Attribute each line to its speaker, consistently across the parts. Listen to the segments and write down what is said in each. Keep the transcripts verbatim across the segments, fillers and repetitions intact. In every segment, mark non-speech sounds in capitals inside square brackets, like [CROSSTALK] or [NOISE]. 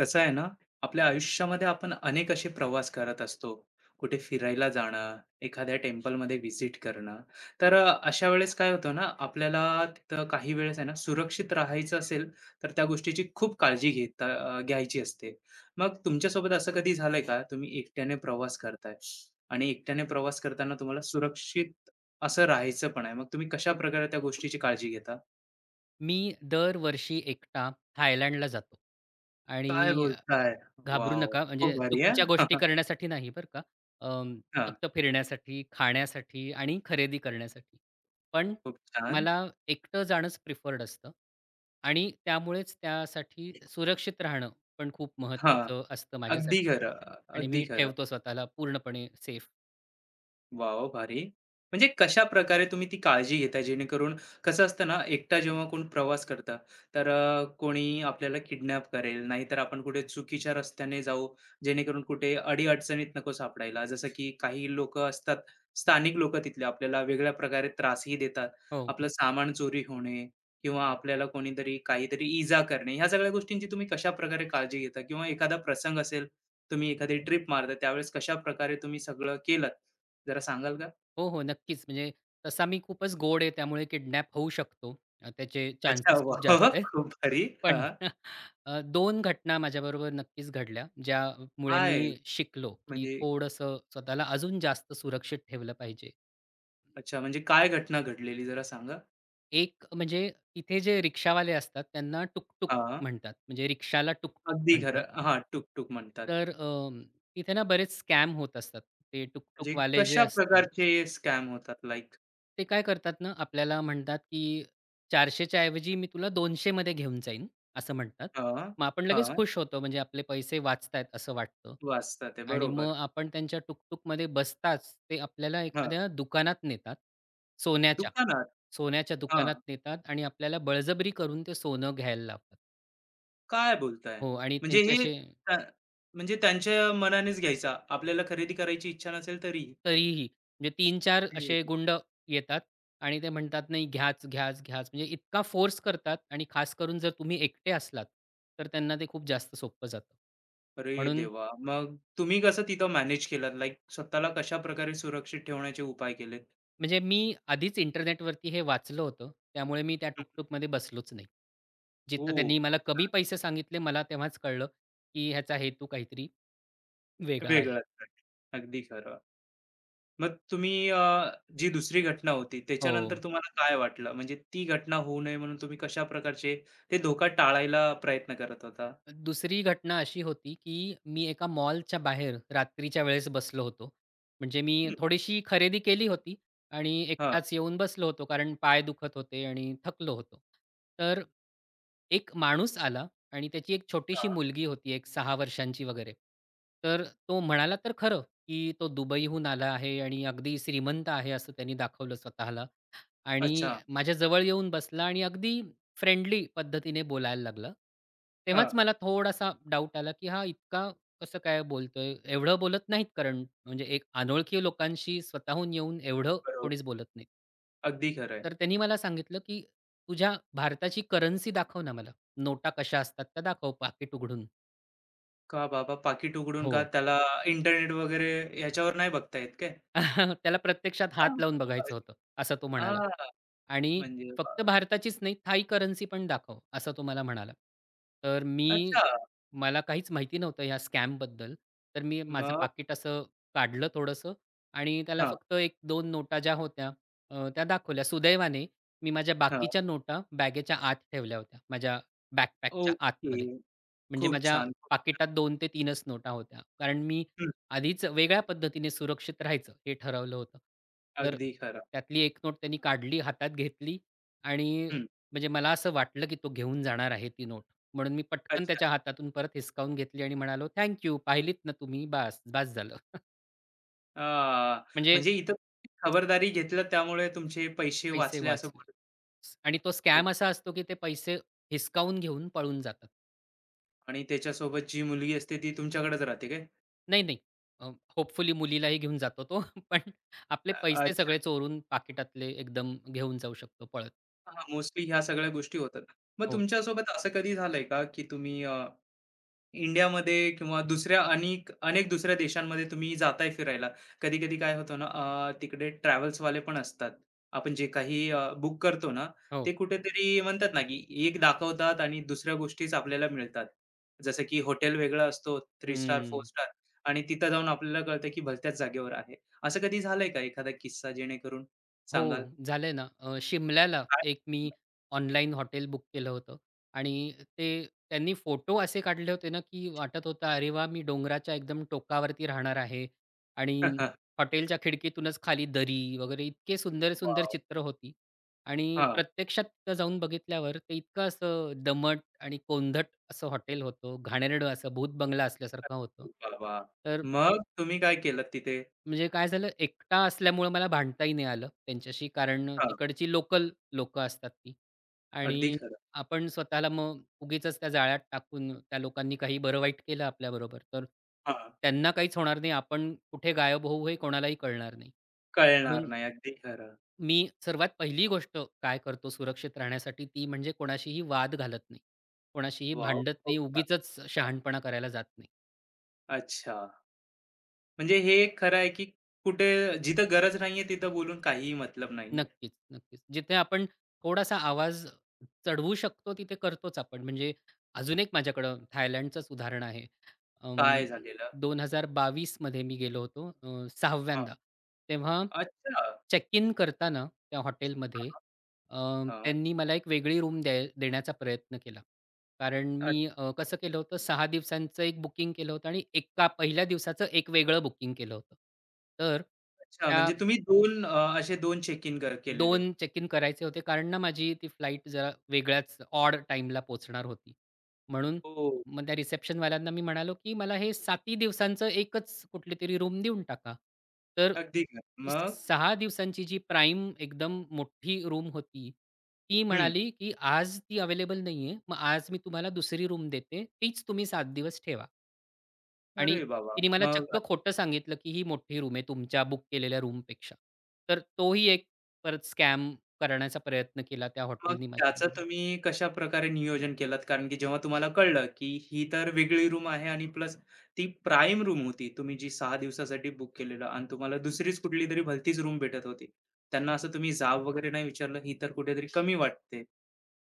Speaker 1: कसं आहे ना, आपल्या आयुष्यामध्ये आपण अनेक असे प्रवास करत असतो. कुठे फिरायला जाणं, एखाद्या टेम्पलमध्ये व्हिजिट करणं. तर अ, अशा वेळेस काय होतं ना, आपल्याला तिथं काही वेळेस आहे ना, सुरक्षित राहायचं असेल, तर त्या गोष्टीची खूप काळजी घेता अ, घ्यायची असते. मग तुमच्यासोबत असं कधी झालंय का? तुम्ही एकट्याने प्रवास करताय आणि एकट्याने प्रवास करताना तुम्हाला सुरक्षित असं राहायचं पण आहे. मग तुम्ही कशाप्रकारे त्या गोष्टीची काळजी घेता?
Speaker 2: मी दरवर्षी एकटा थायलंडला जातो आणि
Speaker 1: काय
Speaker 2: अ,
Speaker 1: बोलताय?
Speaker 2: घाबरू
Speaker 1: वॉव!
Speaker 2: नका
Speaker 1: खूप
Speaker 2: म्हणजे
Speaker 1: भारी
Speaker 2: चुकीच्या
Speaker 1: हां.
Speaker 2: गोष्टी करण्यासाठी नाही बरं का. अं, फक्त
Speaker 1: [LAUGHS]
Speaker 2: फिरण्यासाठी, खाण्यासाठी आणि खरेदी करण्यासाठी. पण
Speaker 1: खूप छान.
Speaker 2: मला एकटं जाणंच प्रिफर्ड असतं आणि त्यामुळेच त्यासाठी सुरक्षित राहणं पण खूप
Speaker 1: हां,
Speaker 2: महत्त्वाचं असतं
Speaker 1: अगदी
Speaker 2: माझ्यासाठी.
Speaker 1: खरं,
Speaker 2: आणि
Speaker 1: अगदी
Speaker 2: मी
Speaker 1: खरं.
Speaker 2: ठेवतो स्वतःला पूर्णपणे सेफ.
Speaker 1: वाव! भारी. म्हणजे कशा प्रकारे तुम्ही ती काळजी घेता जेणेकरून कसं असतं ना, एकटा जेव्हा कोण प्रवास करता, तर अ, कोणी आपल्याला किडनॅप करेल, नाहीतर आपण कुठे चुकीच्या रस्त्याने जाऊ, जेणेकरून कुठे अडी-अडचणीत नको सापडायला. जसं की काही लोकं असतात, स्थानिक लोकं तिथले आपल्याला वेगळ्या प्रकारे त्रासही देतात.
Speaker 2: हो.
Speaker 1: आपलं सामान चोरी होणे किंवा आपल्याला कोणीतरी काहीतरी इजा करणे, ह्या सगळ्या गोष्टींची तुम्ही कशाप्रकारे काळजी घेता? किंवा एखादा प्रसंग असेल, तुम्ही एखादी ट्रिप मारता, त्यावेळेस कशाप्रकारे तुम्ही सगळं केलंत? जरा सांगाल का?
Speaker 2: हो, हो. नक्कीच. म्हणजे तसा मी खूपच गोड आहे त्यामुळे किडनॅप होऊ शकतो. अ, त्याचे
Speaker 1: अच्छा,
Speaker 2: चान्सेस खूप
Speaker 1: वाह!
Speaker 2: जास्त आहेत.
Speaker 1: खूप भारी.
Speaker 2: पण
Speaker 1: हां.
Speaker 2: [LAUGHS] अ, दोन घटना माझ्याबरोबर नक्कीच घडल्या, ज्यामुळे
Speaker 1: काय
Speaker 2: मी शिकलो, की
Speaker 1: म्हणजे
Speaker 2: थोडंसं स्वतःला अजून जास्त सुरक्षित ठेवलं पाहिजे.
Speaker 1: अच्छा, म्हणजे काय घटना घडलेली जरा सांगा?
Speaker 2: एक म्हणजे तिथे जे रिक्षावाले असतात त्यांना टुकटुक
Speaker 1: हां.
Speaker 2: म्हणतात. म्हणजे रिक्षाला टुकटुक
Speaker 1: अगदी
Speaker 2: म्हणतात.
Speaker 1: खरं. हां, टुक-टुक म्हणतात.
Speaker 2: तर अ, तिथे ना बरेच स्कॅम होत असतात. ते
Speaker 1: म्हणजे
Speaker 2: टुकटुकवाले जे
Speaker 1: कशा
Speaker 2: असतात
Speaker 1: प्रकारचे स्कॅम होतात लाइक?
Speaker 2: ते काय करतात ना, आपल्याला म्हणतात, की "चारशे च्या ऐवजी मी तुला दोनशे मध्ये घेऊन जाईन," असं म्हणतात.
Speaker 1: हां,
Speaker 2: मग आपण लगेच
Speaker 1: हां.
Speaker 2: खुश होतो, म्हणजे आपले पैसे वाचतायत असं वाटतं.
Speaker 1: वाचतात आहे.
Speaker 2: आणि
Speaker 1: बरोबर.
Speaker 2: मग आपण त्यांच्या टुकटुकमध्ये बसताच ते आपल्याला
Speaker 1: हां.
Speaker 2: एखाद्या दुकानात नेतात. सोन्याच्या.
Speaker 1: दुकानात.
Speaker 2: सोन्याच्या दुकानात
Speaker 1: हां.
Speaker 2: नेतात आणि आपल्याला बळजबरी करून ते सोनं घ्यायला लावतात.
Speaker 1: काय बोलताय?
Speaker 2: हो आणि
Speaker 1: म्हणजे
Speaker 2: त्यांचे
Speaker 1: हे त्या म्हणजे त्यांच्या मनानेच घ्यायचा. आपल्याला खरेदी करायची इच्छा नसेल तरी?
Speaker 2: तरीही म्हणजे तीन चार असे गुंड येतात आणि ते म्हणतात, "नाही घ्याच, घ्याच, घ्याच." म्हणजे इतका फोर्स करतात आणि खास करून जर तुम्ही एकटे असलात, तर त्यांना ते खूप जास्त सोपं जातं.
Speaker 1: अरे
Speaker 2: म्हणून
Speaker 1: देवा! मग तुम्ही कसं तिथं मॅनेज केलात? लाइक स्वतःला कशाप्रकारे सुरक्षित ठेवण्याचे उपाय केलेत?
Speaker 2: म्हणजे मी आधीच इंटरनेटवरती हे वाचलं होतं. त्यामुळे मी त्या
Speaker 1: हं.
Speaker 2: टुकटुकमध्ये बसलोच नाही.
Speaker 1: हो,
Speaker 2: जिथं त्यांनी मला
Speaker 1: खूप
Speaker 2: कमी
Speaker 1: छान.
Speaker 2: पैसे सांगितले, मला तेव्हाच कळलं, की ह्याचा हेतू काहीतरी वेगळा आहे.
Speaker 1: वेगळाच अगदी खरं. मग तुम्ही अ, जी दुसरी घटना होती
Speaker 2: हो.
Speaker 1: त्याच्यानंतर तुम्हाला काय वाटलं? म्हणजे ती घटना होऊ नये म्हणून तुम्ही कशा प्रकारचे ते धोका टाळायला प्रयत्न करत होता?
Speaker 2: दुसरी घटना अशी होती, की मी एका मॉलच्या बाहेर रात्रीच्या वेळेस बसलो होतो. म्हणजे मी
Speaker 1: हं.
Speaker 2: थोडीशी खरेदी केली होती आणि
Speaker 1: हां,
Speaker 2: एकटाच येऊन बसलो होतो, कारण पाय दुखत होते आणि थकलो होतो. तर एक माणूस आला आणि त्याची एक छोटीशी
Speaker 1: हां.
Speaker 2: मुलगी होती, एक सहा वर्षांची वगैरे. तर तो म्हणाला तर खरं, की तो दुबईहून आला आहे आणि अगदी श्रीमंत आहे असं त्यांनी दाखवलं स्वतःला. आणि
Speaker 1: अच्छा.
Speaker 2: माझ्या जवळ येऊन बसला आणि अगदी फ्रेंडली पद्धतीने बोलायला लागला.
Speaker 1: हां,
Speaker 2: तेव्हाच मला थोडासा डाऊट आला, की हा इतका कसं काय बोलतोय? एवढं बोलत नाहीत कारण म्हणजे एक अनोळखी लोकांशी स्वतःहून येऊन एवढं
Speaker 1: बरोबर.
Speaker 2: कोणीच बोलत नाही.
Speaker 1: अगदी खरं आहे.
Speaker 2: तर त्यांनी मला सांगितलं, की "तुझ्या भारताची करन्सी दाखव ना मला. नोटा कशा असतात त्या दाखव पाकीट उघडून."
Speaker 1: का बाबा पाकीट उघडून का
Speaker 2: हो,
Speaker 1: त्याला इंटरनेट वगैरे ह्याच्यावर नाही बघता येत काय?
Speaker 2: [LAUGHS] त्याला प्रत्यक्षात हात
Speaker 1: हां.
Speaker 2: लावून बघायचं होतं, असं तो म्हणाला.
Speaker 1: हां,
Speaker 2: आणि
Speaker 1: म्हणजे
Speaker 2: फक्त भारताचीच नाही, थाई करन्सी पण दाखव, असं तो मला म्हणाला. तर मी
Speaker 1: अच्छा.
Speaker 2: मला काहीच माहिती नव्हतं या स्कॅमबद्दल. तर मी माझं
Speaker 1: मग
Speaker 2: पाकीट असं काढलं थोडंसं आणि त्याला
Speaker 1: हां,
Speaker 2: फक्त एक दोन नोटा ज्या होत्या अ, त्या दाखवल्या. सुदैवाने मी माझ्या
Speaker 1: हां.
Speaker 2: बाकीच्या नोटा बॅगेच्या आत ठेवल्या होत्या, माझ्या बॅकपॅकच्या
Speaker 1: ओके.
Speaker 2: आतमध्ये. म्हणजे
Speaker 1: खूप
Speaker 2: माझ्या
Speaker 1: छान.
Speaker 2: पाकिटात दोन ते तीन नोटा होत्या. कारण मी
Speaker 1: हं,
Speaker 2: आधीच वेगळ्या पद्धतीने सुरक्षित राहायचं हे ठरवलं होतं. तर
Speaker 1: अगदी खरं.
Speaker 2: त्यातली एक नोट त्यांनी काढली, हातात घेतली आणि
Speaker 1: हं,
Speaker 2: म्हणजे मला असं वाटलं, की तो घेऊन जाणार आहे ती नोट. म्हणून मी पटकन
Speaker 1: अच्छा.
Speaker 2: त्याच्या हातातून परत हिसकावून घेतली आणि म्हणालो, "थँक पाहिलीत ना तुम्ही? बास, बास झालं."
Speaker 1: अ,
Speaker 2: म्हणजे
Speaker 1: म्हणजे इथं खबरदारी घेतलं त्यामुळे तुमचे पैसे
Speaker 2: पैसे
Speaker 1: वाचले असं
Speaker 2: वाचले.
Speaker 1: बोलू
Speaker 2: आणि तो
Speaker 1: खूप
Speaker 2: स्कॅम असा असतो, की ते पैसे हिसकावून घेऊन पळून जातात.
Speaker 1: आणि त्याच्यासोबत जी मुलगी असते ती तुमच्याकडेच राहते काय?
Speaker 2: नाही, नाही. अ, होपफुली मुलीलाही घेऊन जातो तो. [LAUGHS] पण आपले
Speaker 1: अ,
Speaker 2: पैसे
Speaker 1: अच्छा.
Speaker 2: सगळे चोरून पाकिटातले एकदम घेऊन जाऊ शकतो पळत.
Speaker 1: हां, मोस्टली ह्या सगळ्या गोष्टी होतात. मग
Speaker 2: हो,
Speaker 1: तुमच्यासोबत असं कधी झालंय का की तुम्ही अ इंडियामध्ये किंवा दुसऱ्या अनेक अनेक दुसऱ्या देशांमध्ये तुम्ही जाताय फिरायला. कधी-कधी काय होतं ना, अ, तिकडे ट्रॅव्हल्सवाले पण असतात. आपण जे काही अ, बुक करतो ना,
Speaker 2: हो.
Speaker 1: ते कुठेतरी म्हणतात ना, की एक दाखवतात आणि दुसऱ्या गोष्टीच आपल्याला मिळतात. जसं की हॉटेल वेगळा असतो, तीन स्टार, चार
Speaker 2: हं.
Speaker 1: स्टार आणि तिथं जाऊन आपल्याला कळतं, की भलत्याच जागेवर आहे. असं कधी झालंय का एखादा किस्सा जेणेकरून
Speaker 2: हो,
Speaker 1: सांगाल?
Speaker 2: झालंय ना. अ, शिमल्याला
Speaker 1: काय?
Speaker 2: एक मी ऑनलाईन हॉटेल बुक केलं होतं आणि ते त्यांनी फोटो असे काढले होते ना, की वाटत होतं, "अरे वाह! मी डोंगराच्या एकदम टोकावरती राहणार आहे." आणि
Speaker 1: [LAUGHS]
Speaker 2: हॉटेलच्या खिडकीतूनच खाली दरी वगैरे इतके सुंदर-सुंदर
Speaker 1: वॉव!
Speaker 2: चित्र होती आणि
Speaker 1: हां.
Speaker 2: प्रत्यक्षात तिथं जाऊन बघितल्यावर ते इतकं असं दमट आणि कोंदट असं हॉटेल होतं. घाणेरडं असं भूत बंगला असल्यासारखं होतं.
Speaker 1: वाह, वाह!
Speaker 2: तर
Speaker 1: मग तुम्ही काय केलत तिथे?
Speaker 2: म्हणजे काय झालं, एकटा असल्यामुळं मला भांडताही नाही आलं त्यांच्याशी, कारण
Speaker 1: हां.
Speaker 2: तिकडची लोकल लोकं असतात ती.
Speaker 1: अगदी
Speaker 2: आणि
Speaker 1: खरं.
Speaker 2: आपण स्वतःला मग उगीचच त्या जाळ्यात टाकून त्या लोकांनी काही बरं वाईट केलं आपल्याबरोबर, तर
Speaker 1: हां,
Speaker 2: त्यांना काहीच होणार नाही. आपण कुठे गायब होऊ हे कोणालाही कळणार नाही.
Speaker 1: कळणार
Speaker 2: म्हणून
Speaker 1: नाही. अगदी खरं.
Speaker 2: मी सर्वात पहिली गोष्ट काय करतो सुरक्षित राहण्यासाठी ती म्हणजे कोणाशीही वाद घालत नाही. कोणाशीही
Speaker 1: वॉव!
Speaker 2: भांडत
Speaker 1: खूप
Speaker 2: नाही.
Speaker 1: छान,
Speaker 2: उगीचच शहाणपणा करायला जात नाही.
Speaker 1: अच्छा. म्हणजे हे एक खरं आहे, की कुठे जिथं गरज नाहीये तिथं बोलून काहीही मतलब नाहीये.
Speaker 2: नक्कीच, नक्कीच. जिथे आपण थोडासा आवाज चढवू शकतो तिथे करतोच आपण. म्हणजे अजून एक माझ्याकडं थायलंडचंच उदाहरण आहे. अं,
Speaker 1: काय झालेलं?
Speaker 2: दोन हजार बावीस मध्ये मी गेलो होतो अ,
Speaker 1: हां.
Speaker 2: सहाव्यांदा. तेव्हा
Speaker 1: अच्छा.
Speaker 2: चेक इन करताना त्या
Speaker 1: हां,
Speaker 2: हॉटेलमध्ये
Speaker 1: हां.
Speaker 2: अ,
Speaker 1: हां.
Speaker 2: त्यांनी मला एक वेगळी रूम द्याय देण्याचा प्रयत्न केला. कारण मी अ, कसं केलं होतं सहा दिवसांचं एक बुकिंग केलं होतं आणि एका पहिल्या दिवसाचं एक वेगळं बुकिंग केलं होतं. तर
Speaker 1: अच्छा,
Speaker 2: त्या
Speaker 1: म्हणजे तुम्ही दोन अ, असे दोन चेक इन कर केलेले.
Speaker 2: दोन चेक इन करायचे होते, कारण ना माझी ती फ्लाइट जरा वेगळ्याच ऑड टाईमला पोहोचणार होती. म्हणून
Speaker 1: हो.
Speaker 2: मग त्या रिसेप्शनवाल्यांना मी म्हणालो, की "मला हे साती दिवसांचं एकच कुठलीतरी रूम देऊन टाका." तर
Speaker 1: अगदी खरं.
Speaker 2: ती
Speaker 1: मग?
Speaker 2: सहा दिवसांची जी प्राईम एकदम मोठी रूम होती, ती
Speaker 1: हं.
Speaker 2: म्हणाली, की "आज ती अवेलेबल नाहीये. मग आज मी तुम्हाला दुसरी रूम देते. तीच तुम्ही सात दिवस ठेवा." आणि
Speaker 1: अरे बाबा!
Speaker 2: तिने मला
Speaker 1: मग
Speaker 2: चक्क खोटं सांगितलं, की ही मोठी रूम आहे तुमच्या बुक केलेल्या रूमपेक्षा. तर तोही एक परत स्कॅम करण्याचा प्रयत्न केला त्या
Speaker 1: मग
Speaker 2: हॉटेलनी
Speaker 1: त्याचं
Speaker 2: माझ्याबरोबर.
Speaker 1: तुम्ही कशाप्रकारे नियोजन केलात? कारण की जेव्हा तुम्हाला कळलं, की ही तर वेगळी रूम आहे आणि प्लस ती प्राईम रूम होती, तुम्ही जी सहा दिवसासाठी बुक केलेलं आणि तुम्हाला दुसरीच कुठलीतरी भलतीच रूम भेटत होती. त्यांना असं तुम्ही जाब वगैरे नाही विचारलं, ही तर कुठेतरी कमी वाटते.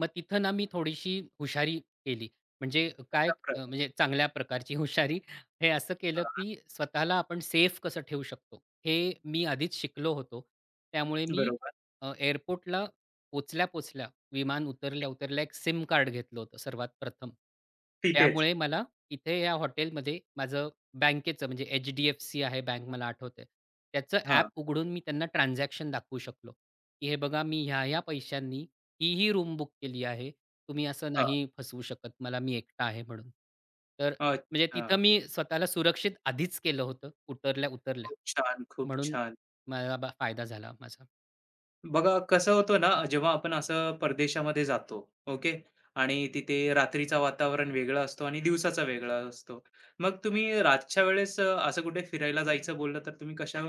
Speaker 2: मग तिथं ना मी थोडीशी हुशारी केली. म्हणजे काय
Speaker 1: अशाप्रकारे.
Speaker 2: अ, म्हणजे चांगल्या प्रकारची हुशारी. हे असं केलं,
Speaker 1: हां,
Speaker 2: की स्वतःला आपण सेफ कसं ठेवू शकतो, हे मी आधीच शिकलो होतो. त्यामुळे मी
Speaker 1: बरोबर.
Speaker 2: अ, एअरपोर्टला पोहोचल्या-पोहोचल्या, विमान उतरल्या-उतरल्या एक सिम कार्ड घेतलं होतं सर्वात प्रथम.
Speaker 1: तिथेच.
Speaker 2: त्यामुळे मला इथे या हॉटेलमध्ये माझं बँकेचं म्हणजे एच डी एफ सी आहे बँक मला आठवतंय. त्याचं
Speaker 1: हां,
Speaker 2: ॲप उघडून मी त्यांना ट्रान्झॅक्शन दाखवू शकलो, की हे बघा मी ह्या-ह्या पैशांनी ही, ही रूम बुक केली आहे. तुम्ही असं
Speaker 1: हां.
Speaker 2: नाही फसवू शकत मला, मी एकटा आहे म्हणून. तर म्हणजे तिथं
Speaker 1: अच्छा.
Speaker 2: मी स्वतःला सुरक्षित आधीच केलं होतं, उतरल्या-उतरल्या.
Speaker 1: खूप छान, खूप
Speaker 2: म्हणून
Speaker 1: छान.
Speaker 2: मला बा फायदा झाला माझा.
Speaker 1: बघा कसं होतं ना, जेव्हा आपण असं परदेशामध्ये जातो, ओके. आणि तिथे रात्रीचा वातावरण वेगळा असतो आणि दिवसाचा वेगळा असतो. मग तुम्ही रातच्या वेळेस अ, असं कुठे फिरायला जायचं बोललं तर तुम्ही कशा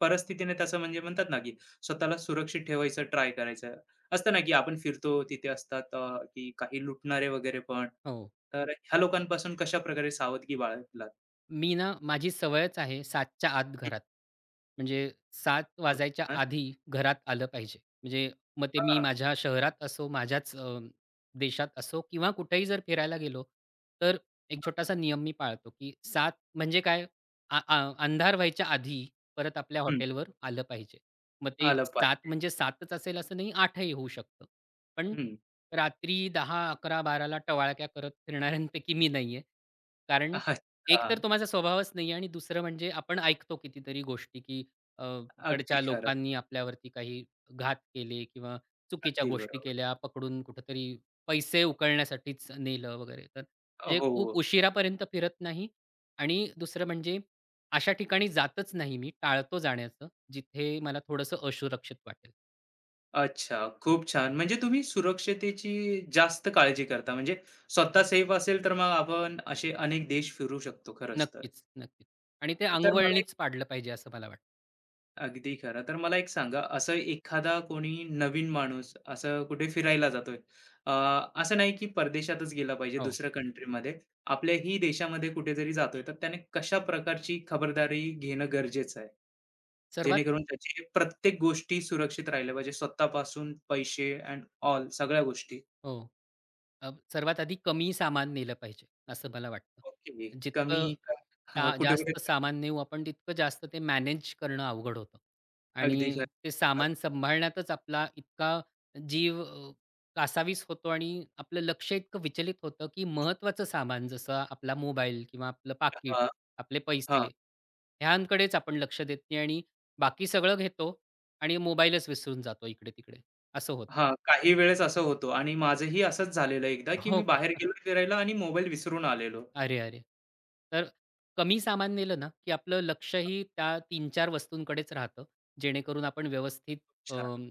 Speaker 1: परिस्थितीने त्याचं म्हणजे म्हणतात ना, की स्वतःला सुरक्षित ठेवायचं ट्राय करायचं. असतं ना, की आपण फिरतो तिथे असतात अ, की काही लुटणारे वगैरे पण.
Speaker 2: हो.
Speaker 1: तर ह्या लोकांपासून कशाप्रकारे सावधगी बाळगलात?
Speaker 2: मी ना माझी सवयच आहे सातच्या आत
Speaker 1: हं,
Speaker 2: घरात. म्हणजे सात
Speaker 1: हो.
Speaker 2: वाजायच्या आधी घरात आलं पाहिजे. म्हणजे मग ते मी
Speaker 1: अच्छा.
Speaker 2: माझ्या शहरात असो, माझ्याच अ, देशात असो किंवा कुठेही जर फिरायला गेलो, तर एक
Speaker 1: हां.
Speaker 2: छोटासा नियम मी पाळतो, की सात म्हणजे काय अ, अ, अंधार व्हायच्या आधी परत आपल्या हॉटेलवर आलं पाहिजे. मग ते
Speaker 1: आलं
Speaker 2: सात
Speaker 1: पाहिजे.
Speaker 2: म्हणजे सातच असेल असं नाही, आठ होऊ शकतं. पण
Speaker 1: हं.
Speaker 2: रात्री दहा, अकरा, बारा टवाळक्या करत फिरणाऱ्यांपैकी मी नाहीये. कारण
Speaker 1: अच्छा.
Speaker 2: एक तर तो माझा स्वभावच नाही आहे आणि दुसरं म्हणजे आपण ऐकतो कितीतरी गोष्टी, की अ,
Speaker 1: अगदी
Speaker 2: तिकडच्या
Speaker 1: खरं.
Speaker 2: लोकांनी आपल्यावरती काही घात केले किंवा चुकीच्या
Speaker 1: अगदी
Speaker 2: गोष्टी
Speaker 1: बरोबर.
Speaker 2: केल्या, पकडून कुठेतरी पैसे उकळण्यासाठीच नेलं वगैरे. तर म्हणजे खूप
Speaker 1: हो.
Speaker 2: उशिरापर्यंत फिरत नाही आणि दुसरं म्हणजे अशा ठिकाणी जातच नाही मी, टाळतो जाण्याचं, जिथे मला थोडंसं असुरक्षित वाटेल.
Speaker 1: अच्छा, खूप छान. म्हणजे तुम्ही सुरक्षतेची जास्त काळजी करता. म्हणजे स्वतः सेफ असेल, तर मग आपण असे अनेक देश फिरू शकतो खरंच तर.
Speaker 2: नक्कीच, नक्कीच. आणि ते
Speaker 1: तर मला एक
Speaker 2: अंगवळणीच पाडलं पाहिजे असं मला वाटतं.
Speaker 1: अगदी खरं. तर मला एक सांगा, असं एखादा कोणी नवीन माणूस असं कुठे फिरायला जातोय, अ, असं नाही की परदेशातच गेला पाहिजे
Speaker 2: हो.
Speaker 1: दुसऱ्या कंट्रीमध्ये. आपल्याही देशामध्ये कुठे जातोय, तर त्याने कशा प्रकारची खबरदारी घेणं गरजेचं आहे?
Speaker 2: सर्वात
Speaker 1: जेणेकरून त्याची प्रत्येक गोष्टी सुरक्षित राहिल्या पाहिजे. स्वतःपासून पैसे एंड ऑल सगळ्या गोष्टी.
Speaker 2: हो. अ, सर्वात आधी कमी सामान नेलं पाहिजे, असं मला वाटतं.
Speaker 1: ओके. कमी
Speaker 2: जितकं
Speaker 1: करा.
Speaker 2: जा
Speaker 1: हां, कुठे-कुठे
Speaker 2: जास्त सामान नेऊ आपण, तितकं जास्त ते मॅनेज करणं अवघड होतं. आणि
Speaker 1: अगदी खरं.
Speaker 2: ते सामान सांभाळण्यातच आपला इतका जीव अ, कासावीस होतो आणि आपलं लक्ष इतकं विचलित होतं, की महत्त्वाचं सामान जसं आपला मोबाईल किंवा आपलं पाकीट,
Speaker 1: हां,
Speaker 2: आपले पैसे
Speaker 1: हां,
Speaker 2: ह्यांकडेच आपण लक्ष देत नाही आणि बाकी सगळं घेतो आणि मोबाईलच विसरून जातो इकडे-तिकडे, असं होतं.
Speaker 1: हां. काही वेळेस असं होतो आणि माझंही असंच झालेलं एकदा, की मी
Speaker 2: हो.
Speaker 1: बाहेर गेलो फिरायला आणि मोबाईल विसरून आलेलो.
Speaker 2: अरे, अरे! तर कमी सामान नेलं ना, की आपलं लक्षही त्या तीन चार वस्तूंकडेच राहतं, जेणेकरून आपण व्यवस्थित
Speaker 1: अच्छा,
Speaker 2: अं,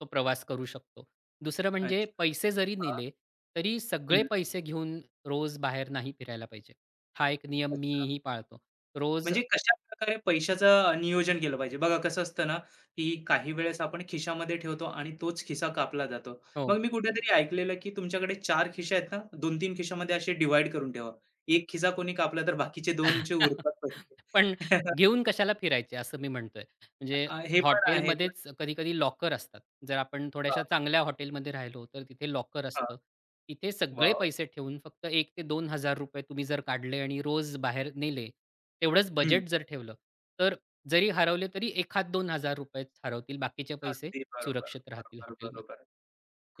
Speaker 2: तो प्रवास करू शकतो. दुसरं म्हणजे
Speaker 1: अच्छा.
Speaker 2: पैसे जरी
Speaker 1: हां,
Speaker 2: नेले, तरी सगळे
Speaker 1: हं.
Speaker 2: पैसे घेऊन रोज बाहेर नाही फिरायला पाहिजे. हा एक नियम मीही पाळतो. रोज
Speaker 1: म्हणजे कशाप्रकारे पैशाचं नियोजन केलं पाहिजे? बघा कसं असतं ना, की काही वेळेस आपण खिशामध्ये ठेवतो आणि तोच खिसा कापला जातो.
Speaker 2: हो.
Speaker 1: मग मी कुठेतरी ऐकलेलं, की तुमच्याकडे चार खिसे आहेत ना, दोन ते तीन खिशामध्ये असे डिव्हाईड करून ठेवा. एक खिसा कोणी कापला तर बाकीचे दोन जे
Speaker 2: [LAUGHS]
Speaker 1: उरतात पैसे.
Speaker 2: पण
Speaker 1: [LAUGHS]
Speaker 2: घेऊन कशाला फिरायचे असं मी म्हणतोय. म्हणजे
Speaker 1: अ, हे पण आहे. पण
Speaker 2: हॉटेलमध्येच कधी-कधी लॉकर असतात. जर आपण थोड्याशा
Speaker 1: हां,
Speaker 2: चांगल्या हॉटेलमध्ये राहिलो, तर तिथे लॉकर
Speaker 1: हां.
Speaker 2: असतं. तिथे सगळे
Speaker 1: वॉव!
Speaker 2: पैसे ठेवून फक्त एक ते ₹दोन हजार तुम्ही जर काढले आणि रोज बाहेर नेले, तेवढंच
Speaker 1: हं.
Speaker 2: बजेट जर ठेवलं, तर जरी हरवले तरी एक हात ₹दोन हजार हरवतील. बाकीचे पैसे
Speaker 1: अगदी बरोबर,
Speaker 2: सुरक्षित राहतील
Speaker 1: बरोबर,
Speaker 2: हॉटेलमध्ये.
Speaker 1: बरोबर.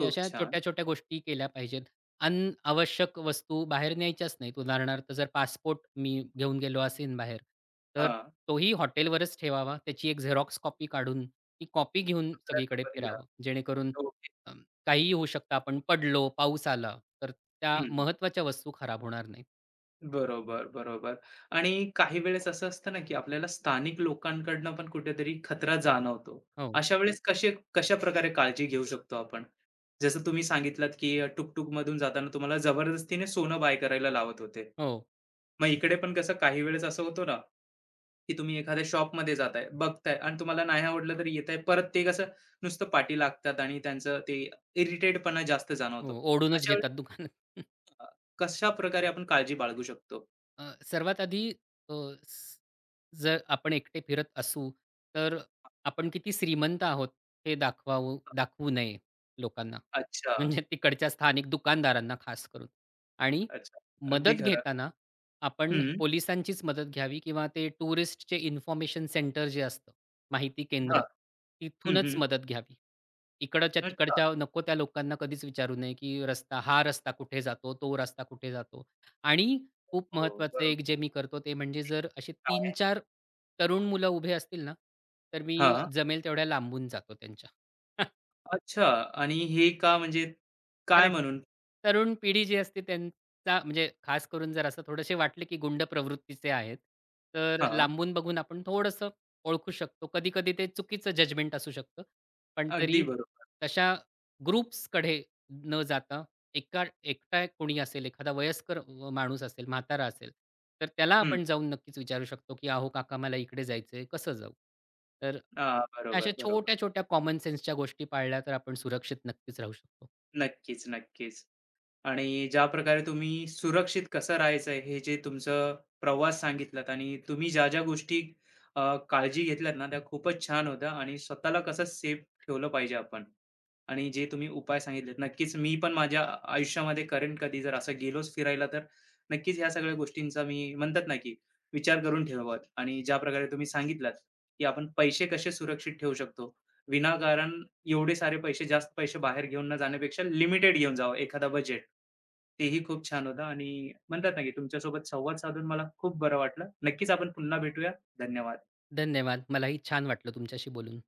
Speaker 2: हे अशा
Speaker 1: छान.
Speaker 2: छोट्या-छोट्या गोष्टी केल्या पाहिजेत. अनआवश्यक वस्तू बाहेर न्यायच्याच नाहीत. उदाहरणार्थ जर पासपोर्ट मी घेऊन गेलो असेन बाहेर, तर
Speaker 1: हां.
Speaker 2: तोही हॉटेलवरच ठेवावा. त्याची एक झेरॉक्स कॉपी काढून ती कॉपी घेऊन सगळीकडे
Speaker 1: आपल्यासोबत या.
Speaker 2: फिरावं. जेणेकरून
Speaker 1: ओके.
Speaker 2: अ, काहीही होऊ शकतं. आपण पडलो, पाऊस आला, तर त्या
Speaker 1: हं.
Speaker 2: महत्त्वाच्या वस्तू खराब होणार नाहीत.
Speaker 1: बरोबर, बरोबर. आणि काही वेळेस असं असतं ना, की आपल्याला स्थानिक लोकांकडनं पण कुठेतरी खतरा जाणवतो.
Speaker 2: हो,
Speaker 1: अशा वेळेस कसे कशाप्रकारे काळजी घेऊ शकतो आपण? जसं तुम्ही सांगितलात, की टुक-टुकमधून जाताना तुम्हाला जबरदस्तीने सोनं बाय करायला लावत होते.
Speaker 2: हो,
Speaker 1: मग इकडे पण कसं काही वेळेस असं होतं ना, की तुम्ही एखाद्या शॉपमध्ये जाताय, बघताय आणि तुम्हाला नाही आवडलं तरी येताय. परत ते कसं नुसतं पाठी लागतात आणि त्यांचं ते इरिटेटपणा जास्त जाणवतो.
Speaker 2: हो. ओढूनच
Speaker 1: अशा वेळेस
Speaker 2: घेतात दुकानात.
Speaker 1: अ, कशाप्रकारे आपण काळजी बाळगू शकतो?
Speaker 2: अ, सर्वात आधी अ, स- जर आपण एकटे फिरत असू तर आपण किती श्रीमंत आहोत हे दाखवावं दाखवू नये लोकांना.
Speaker 1: अच्छा,
Speaker 2: म्हणजे तिकडच्या स्थानिक दुकानदारांना खास करून. आणि
Speaker 1: अच्छा. अगदी
Speaker 2: मदत
Speaker 1: खरं.
Speaker 2: घेताना आपण
Speaker 1: हं.
Speaker 2: पोलिसांचीच मदत घ्यावी किंवा ते टुरिस्टचे इन्फॉर्मेशन सेंटर जे असतं, माहिती
Speaker 1: हां.
Speaker 2: केंद्र,
Speaker 1: हं,
Speaker 2: तिथूनच
Speaker 1: हं.
Speaker 2: मदत घ्यावी. इकडच्या
Speaker 1: अच्छा.
Speaker 2: तिकडच्या नको त्या लोकांना कधीच विचारू नये की रस्ता हा रस्ता कुठे जातो तो रस्ता कुठे जातो. आणि खूप
Speaker 1: हो,
Speaker 2: महत्वाचं
Speaker 1: बरोबर.
Speaker 2: एक जे मी करतो ते म्हणजे जर असे
Speaker 1: काय?
Speaker 2: तीन-चार तरुण मुलं उभे असतील ना, तर मी
Speaker 1: हां.
Speaker 2: जमेल तेवढ्या लांबून जातो त्यांच्या.
Speaker 1: अच्छा आणि हे का म्हणजे काय
Speaker 2: कारण
Speaker 1: म्हणून?
Speaker 2: तरुण पिढी जी असते त्यांचा म्हणजे खास करून जर असं थोडेसे वाटले, की गुंड प्रवृत्तीचे आहेत, तर
Speaker 1: हां.
Speaker 2: लांबून बघून आपण थोडंसं ओळखू शकतो. कधी-कधी ते चुकीचं जजमेंट असू शकतं. पण
Speaker 1: अगदी
Speaker 2: तरी
Speaker 1: बरोबर.
Speaker 2: तशा ग्रुप्सकडे न जाता एका एकटा कोणी असेल, एखादा वयस्कर अ, माणूस असेल, म्हातारा असेल, तर त्याला
Speaker 1: हं.
Speaker 2: आपण जाऊन नक्कीच विचारू शकतो, की "अहो काका मला इकडे जायचंय, कसं जाऊ?" तर
Speaker 1: हां,
Speaker 2: अशा
Speaker 1: बरोबर, बरोबर.
Speaker 2: छोट्या-छोट्या कॉमन सेन्सच्या गोष्टी पाळल्या तर आपण सुरक्षित नक्कीच राहू शकतो.
Speaker 1: नक्कीच, नक्कीच. आणि ज्या प्रकारे तुम्ही सुरक्षित कसं राहायचं आहे, हे जे तुमचं प्रवास सांगितलात आणि तुम्ही ज्या ज्या गोष्टी अ, काळजी घेतल्यात ना, त्या खूपच छान होत्या आणि स्वतःला कसं सेफ ठेवलं पाहिजे आपण आणि जे तुम्ही उपाय सांगितलेत, नक्कीच मी पण माझ्या आयुष्यामध्ये करेन कधी जर असं गेलोच फिरायला तर नक्कीच ह्या सगळ्या गोष्टींचा मी म्हणतात ना, की विचार करून ठेवावा आणि ज्या प्रकारे तुम्ही सांगितलात, की आपण पैसे कसे सुरक्षित ठेवू शकतो विनाकारण एवढे सारे पैसे, जास्त पैसे बाहेर घेऊन न जाण्यापेक्षा लिमिटेड घेऊन जावं एखादा बजेट. तेही खूप छान होतं आणि म्हणतात ना, की तुमच्यासोबत संवाद साधून मला खूप बरं वाटलं. नक्कीच आपण पुन्हा भेटूया. धन्यवाद.
Speaker 2: धन्यवाद. मलाही छान वाटलं तुमच्याशी बोलून.